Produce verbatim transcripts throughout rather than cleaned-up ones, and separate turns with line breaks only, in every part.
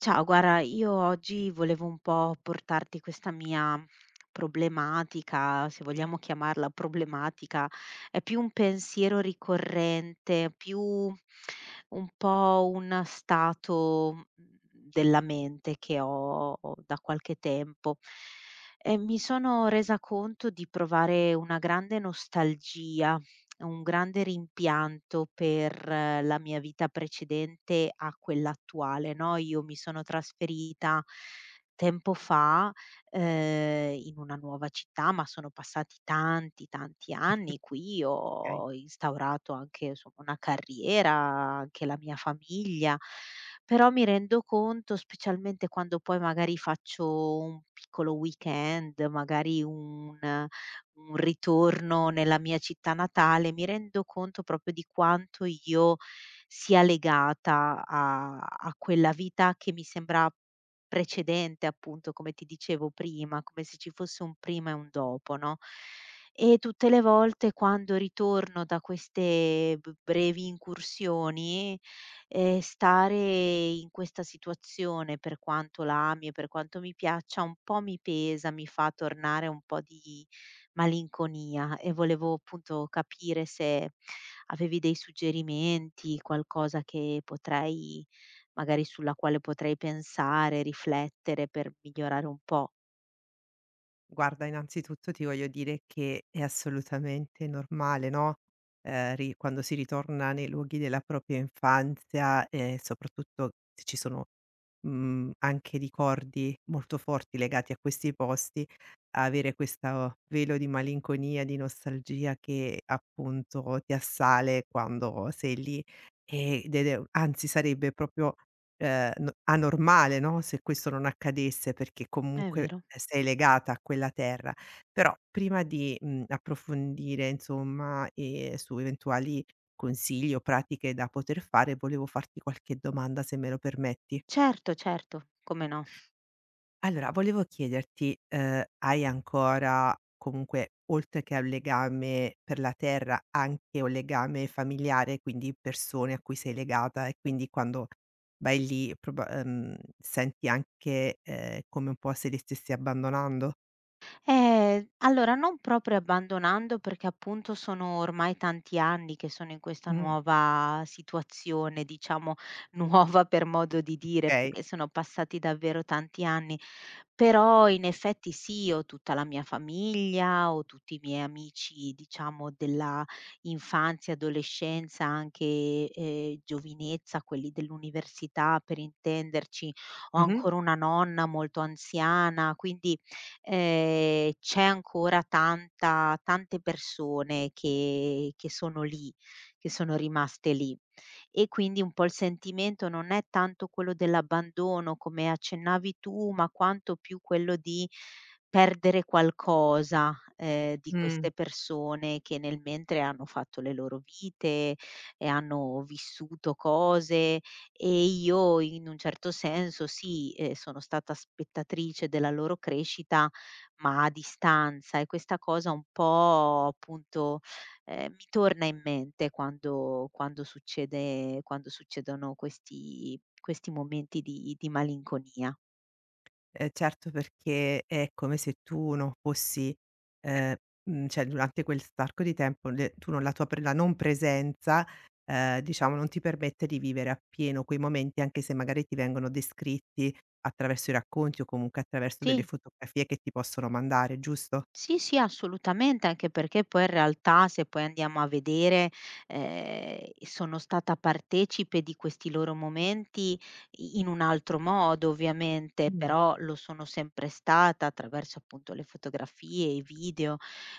Ciao, guarda, io oggi volevo un po' portarti questa mia problematica, se vogliamo chiamarla problematica, è più un pensiero ricorrente, più un po' un stato mhmm, della mente che ho da qualche tempo. E mi sono resa conto di provare una grande nostalgia un grande rimpianto per eh, la mia vita precedente a quella attuale, no, io mi sono trasferita tempo fa, ehm, in una nuova città, ma sono passati tanti, tanti anni. Qui
Okay.
ho instaurato anche insomma una carriera, anche la mia famiglia, però mi rendo conto, specialmente quando poi magari faccio un piccolo weekend, magari un un ritorno nella mia città natale, mi rendo conto proprio di quanto io sia legata a a quella vita che mi sembra precedente, appunto, come ti dicevo prima, come se ci fosse un prima e un dopo, no, e tutte le volte quando ritorno da queste b brevi incursioni, ehm, stare in questa situazione, per quanto la ami e per quanto mi piaccia, un po' mi pesa, mi fa tornare un po' di malinconia e volevo appunto capire se avevi dei suggerimenti, qualcosa che potrei magari sulla quale potrei pensare, riflettere per migliorare un po'.
Guarda, innanzitutto ti voglio dire che è assolutamente normale, no, ehm, ri quando si ritorna nei luoghi della propria infanzia e soprattutto se ci sono, mhmm, anche ricordi molto forti legati a questi posti, avere questa velo di malinconia, di nostalgia che appunto ti assale quando sei lì, ehm, ed è anzi sarebbe proprio Ehm, n anormale, no, se questo non accadesse perché
È
comunque
vero.
eh, sei legata a quella terra. Però prima di, mhmm, approfondire insomma, ehm, su eventuali consigli o pratiche da poter fare, volevo farti qualche domanda se me lo permetti.
Certo, certo, come no.
Allora, volevo chiederti, ehm, hai ancora comunque, oltre che a un legame per la terra, anche un legame familiare, quindi persone a cui sei legata e quindi quando vai lì proba ehm, senti anche, ehm, come un po' se li stessi abbandonando?
Eh, allora non proprio abbandonando, perché appunto sono ormai tanti anni che sono in questa
Mh.
nuova situazione, diciamo nuova per modo di dire,
Okay.
perché sono passati davvero tanti anni, però in effetti sì, ho tutta la mia famiglia, ho tutti i miei amici, diciamo della infanzia, adolescenza, anche eh, giovinezza, quelli dell'università per intenderci, ho
Mh-mh.
ancora una nonna molto anziana, quindi ehm, c'è ancora tanta tante persone che che sono lì, che sono rimaste lì. E quindi un po' il sentimento non è tanto quello dell'abbandono, come accennavi tu, ma quanto più quello di perdere qualcosa, ehm, di
Mh.
queste persone che nel mentre hanno fatto le loro vite e hanno vissuto cose e io in un certo senso sì, ehm, sono stata spettatrice della loro crescita, ma a distanza e questa cosa un po' appunto, ehm, mi torna in mente quando quando succede quando succedono questi questi momenti di di malinconia.
Ehm, certo perché è come se tu non fossi ehm, mhmm, cioè durante quell'arco di tempo le tu non la tua pre la non presenza, ehm, diciamo non ti permette di vivere appieno quei momenti, anche se magari ti vengono descritti attraverso i racconti o comunque attraverso delle
Sì.
fotografie che ti possono mandare, giusto?
Sì, sì, assolutamente, anche perché poi in realtà se poi andiamo a vedere, ehm, sono stata partecipe di questi loro momenti i in un altro modo ovviamente,
Mh.
però lo sono sempre stata attraverso appunto le fotografie, i video,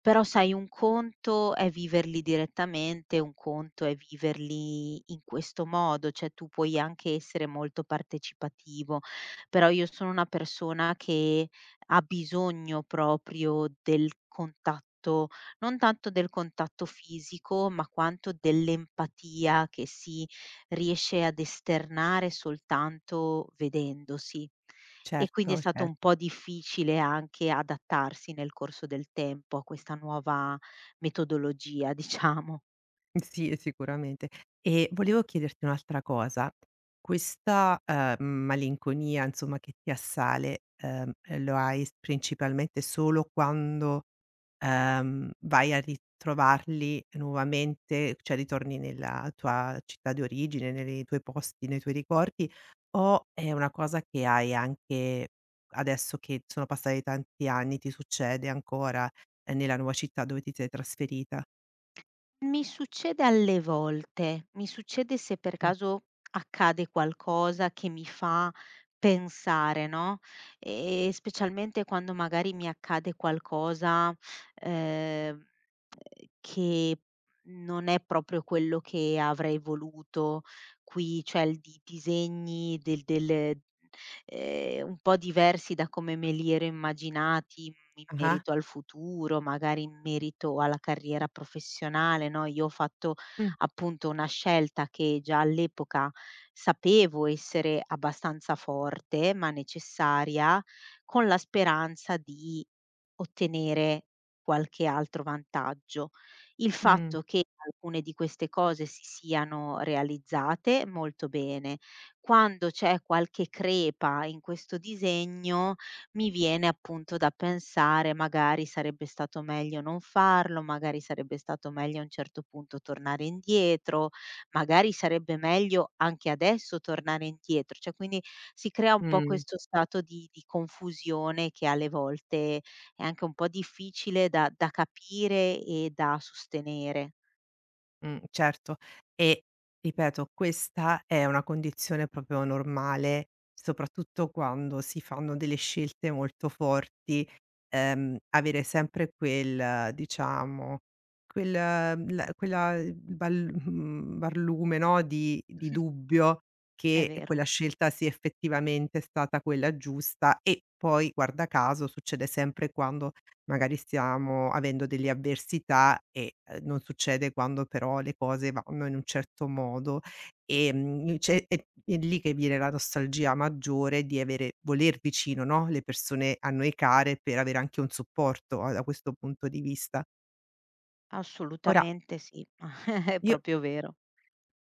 però sai un conto è viverli direttamente, un conto è viverli in questo modo, cioè tu puoi anche essere molto partecipativo, però io sono una persona che ha bisogno proprio del contatto, non tanto del contatto fisico, ma quanto dell'empatia che si riesce ad esternare soltanto vedendosi. E
Certo,
quindi è stato
cer
un po' difficile anche adattarsi nel corso del tempo a questa nuova metodologia, diciamo.
Sì, sicuramente. E volevo chiederti un'altra cosa: questa, ehm, malinconia insomma che ti assale, ehm, eh, lo hai s principalmente solo quando, ehm, vai a ritrovarli nuovamente, cioè ritorni nella tua città di origine, ne nei tuoi posti, nei tuoi ricordi, o è una cosa che hai anche adesso che sono passati tanti anni, ti succede ancora, ehm, nella nuova città dove ti sei trasferita?
Mi succede alle volte, mi succede se per
Mh.
caso accade qualcosa che mi fa pensare, no, ehm, specialmente quando magari mi accade qualcosa, ehm, che non è proprio quello che avrei voluto qui, cioè il di disegni del del ehm, un po' diversi da come me li ero immaginati in in
Ah-ah.
merito al futuro, magari in merito alla carriera professionale, no, io ho fatto
Mh.
appunto una scelta che già all'epoca sapevo essere abbastanza forte, ma necessaria, con la speranza di ottenere qualche altro vantaggio. Il
Mh,
fatto che alcune di queste cose si siano realizzate molto bene. Quando c'è qualche crepa in questo disegno, mi viene appunto da pensare: magari sarebbe stato meglio non farlo, magari sarebbe stato meglio a un certo punto tornare indietro, magari sarebbe meglio anche adesso tornare indietro. Cioè, quindi si crea un po'
mh,
questo stato di di confusione che alle volte è anche un po' difficile da da capire e da sostenere.
mh, certo. E ripeto, questa è una condizione proprio normale, soprattutto quando si fanno delle scelte molto forti, ehm, avere sempre quel diciamo, quel la quella bal mhmm, barlume, no, di di dubbio
È
che
vero,
quella scelta sia effettivamente stata quella giusta e poi, guarda caso, succede sempre quando magari stiamo avendo delle avversità e, ehm, non succede quando però le cose vanno in un certo modo, ehm, c'è è è lì che viene la nostalgia maggiore di avere voler vicino, no, le persone a noi care per avere anche un supporto a da questo punto di vista. Ora
assolutamente sì, è
io
proprio vero.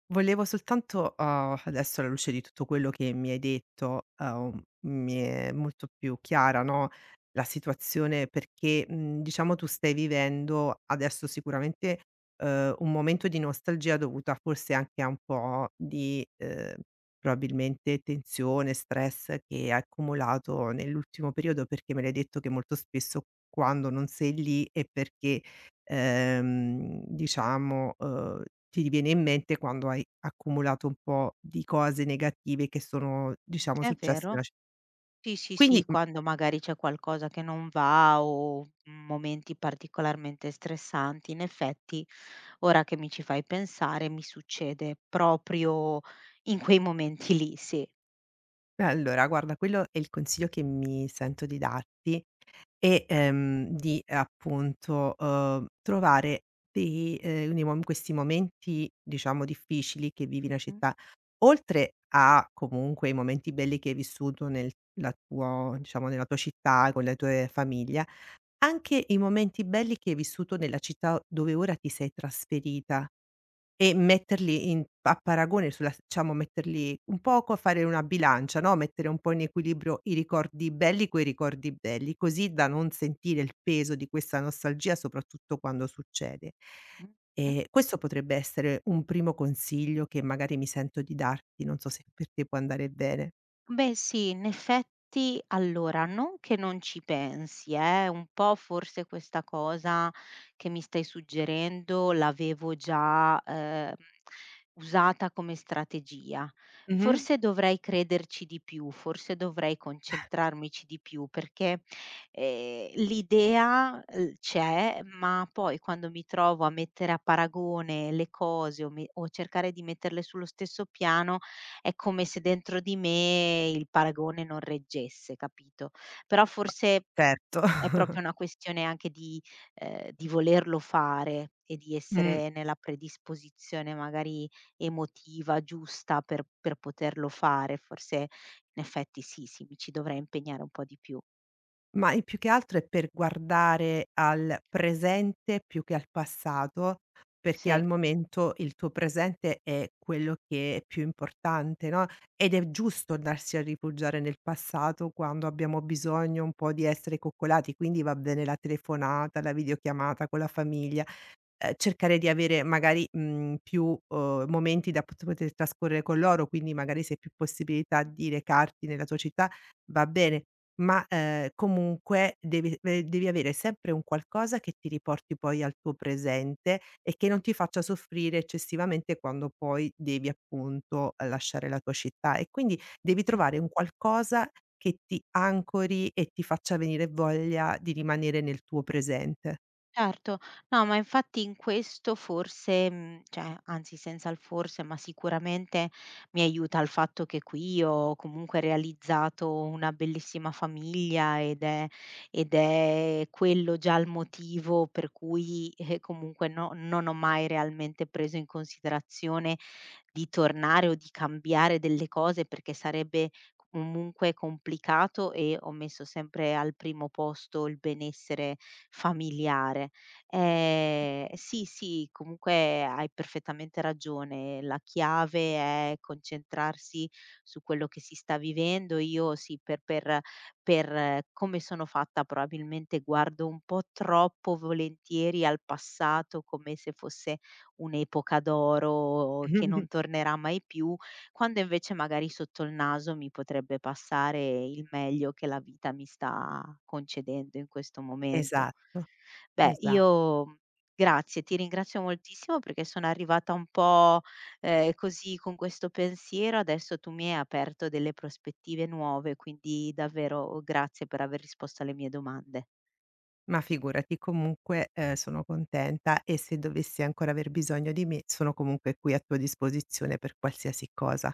Volevo soltanto, uhm, adesso alla luce di tutto quello che mi hai detto, uhm, mi è molto più chiara, no, la situazione perché, mhmm, diciamo tu stai vivendo adesso sicuramente, uhm, un momento di nostalgia dovuta forse anche a un po' di, uhm, probabilmente tensione, stress che hai accumulato nell'ultimo periodo, perché me l'hai detto che molto spesso quando non sei lì è perché ehm, diciamo, uhm, ti viene in mente quando hai accumulato un po' di cose negative che sono, diciamo,
È
successe
vero.
nella c
Sì, sì,
quindi,
sì,
mhmm,
quando magari c'è qualcosa che non va o momenti particolarmente stressanti, in effetti, ora che mi ci fai pensare, mi succede proprio in quei momenti lì, sì.
allora guarda quello è il consiglio che mi sento di darti è, ehm, di appunto, uhm, trovare dei ehm, nei mom questi momenti, diciamo, difficili che vivi in una
Mh,
città, oltre a comunque i momenti belli che hai vissuto nel la tuo diciamo, nella tua città con la tua famiglia. Anche i momenti belli che hai vissuto nella città dove ora ti sei trasferita e metterli in a paragone sulla s diciamo metterli un poco a fare una bilancia, no, mettere un po' in equilibrio i ricordi belli coi ricordi belli, così da non sentire il peso di questa nostalgia, soprattutto quando succede.
mh, mh.
Ehm, questo potrebbe essere un primo consiglio che magari mi sento di darti, non so se per te può andare bene.
Beh sì, in effetti allora, non che non ci pensi eh, un po' forse questa cosa che mi stai suggerendo l'avevo già, ehm, usata come strategia.
Mh-mh.
Forse dovrei crederci di più, forse dovrei concentrarmici di più perché, ehm, l'idea, uhm, c'è, ma poi quando mi trovo a mettere a paragone le cose o me o cercare di metterle sullo stesso piano è come se dentro di me il paragone non reggesse, capito? Però
Ma
forse p
certo.
è proprio una questione anche di ehm, di volerlo fare e di
Mh.
essere nella predisposizione magari emotiva giusta per per poterlo fare. Forse in effetti sì, sì, mi ci dovrei impegnare un po' di più.
Ma e più che altro è per guardare al presente più che al passato, perché
Sì.
al momento il tuo presente è quello che è più importante, no, ed è giusto andarsi a rifugiare nel passato quando abbiamo bisogno un po' di essere coccolati, quindi va bene la telefonata, la videochiamata con la famiglia, ehm, cercare di avere magari, mhmm, più, uhm, momenti da pot poter trascorrere con loro, quindi magari se hai più possibilità di recarti nella tua città va bene, ma, ehm, comunque devi ve devi avere sempre un qualcosa che ti riporti poi al tuo presente e che non ti faccia soffrire eccessivamente quando poi devi appunto eh, lasciare la tua città e quindi devi
Mh.
trovare un qualcosa che ti ancori e ti faccia venire voglia di rimanere nel tuo presente.
Certo. No, ma infatti in questo forse, mhmm, cioè anzi senza il forse, ma sicuramente mi aiuta il fatto che qui ho comunque realizzato una bellissima famiglia ed è ed è quello già il motivo per cui, eh, comunque no non ho mai realmente preso in considerazione di tornare o di cambiare delle cose, perché sarebbe comunque complicato e ho messo sempre al primo posto il benessere familiare. Ehm, sì, sì, comunque hai perfettamente ragione. La chiave è concentrarsi su quello che si sta vivendo. Io sì, per per per eh, come sono fatta probabilmente guardo un po' troppo volentieri al passato come se fosse un'epoca d'oro che non tornerà mai più quando invece magari sotto il naso mi potrebbe passare il meglio che la vita mi sta concedendo in questo momento.
Esatto.
Beh,
Esa
io mhmm, grazie, ti ringrazio moltissimo perché sono arrivata un po', ehm, così con questo pensiero, adesso tu mi hai aperto delle prospettive nuove, quindi davvero grazie per aver risposto alle mie domande.
ma figurati comunque, ehm, sono contenta e se dovessi ancora aver bisogno di me sono comunque qui a tua disposizione per qualsiasi cosa.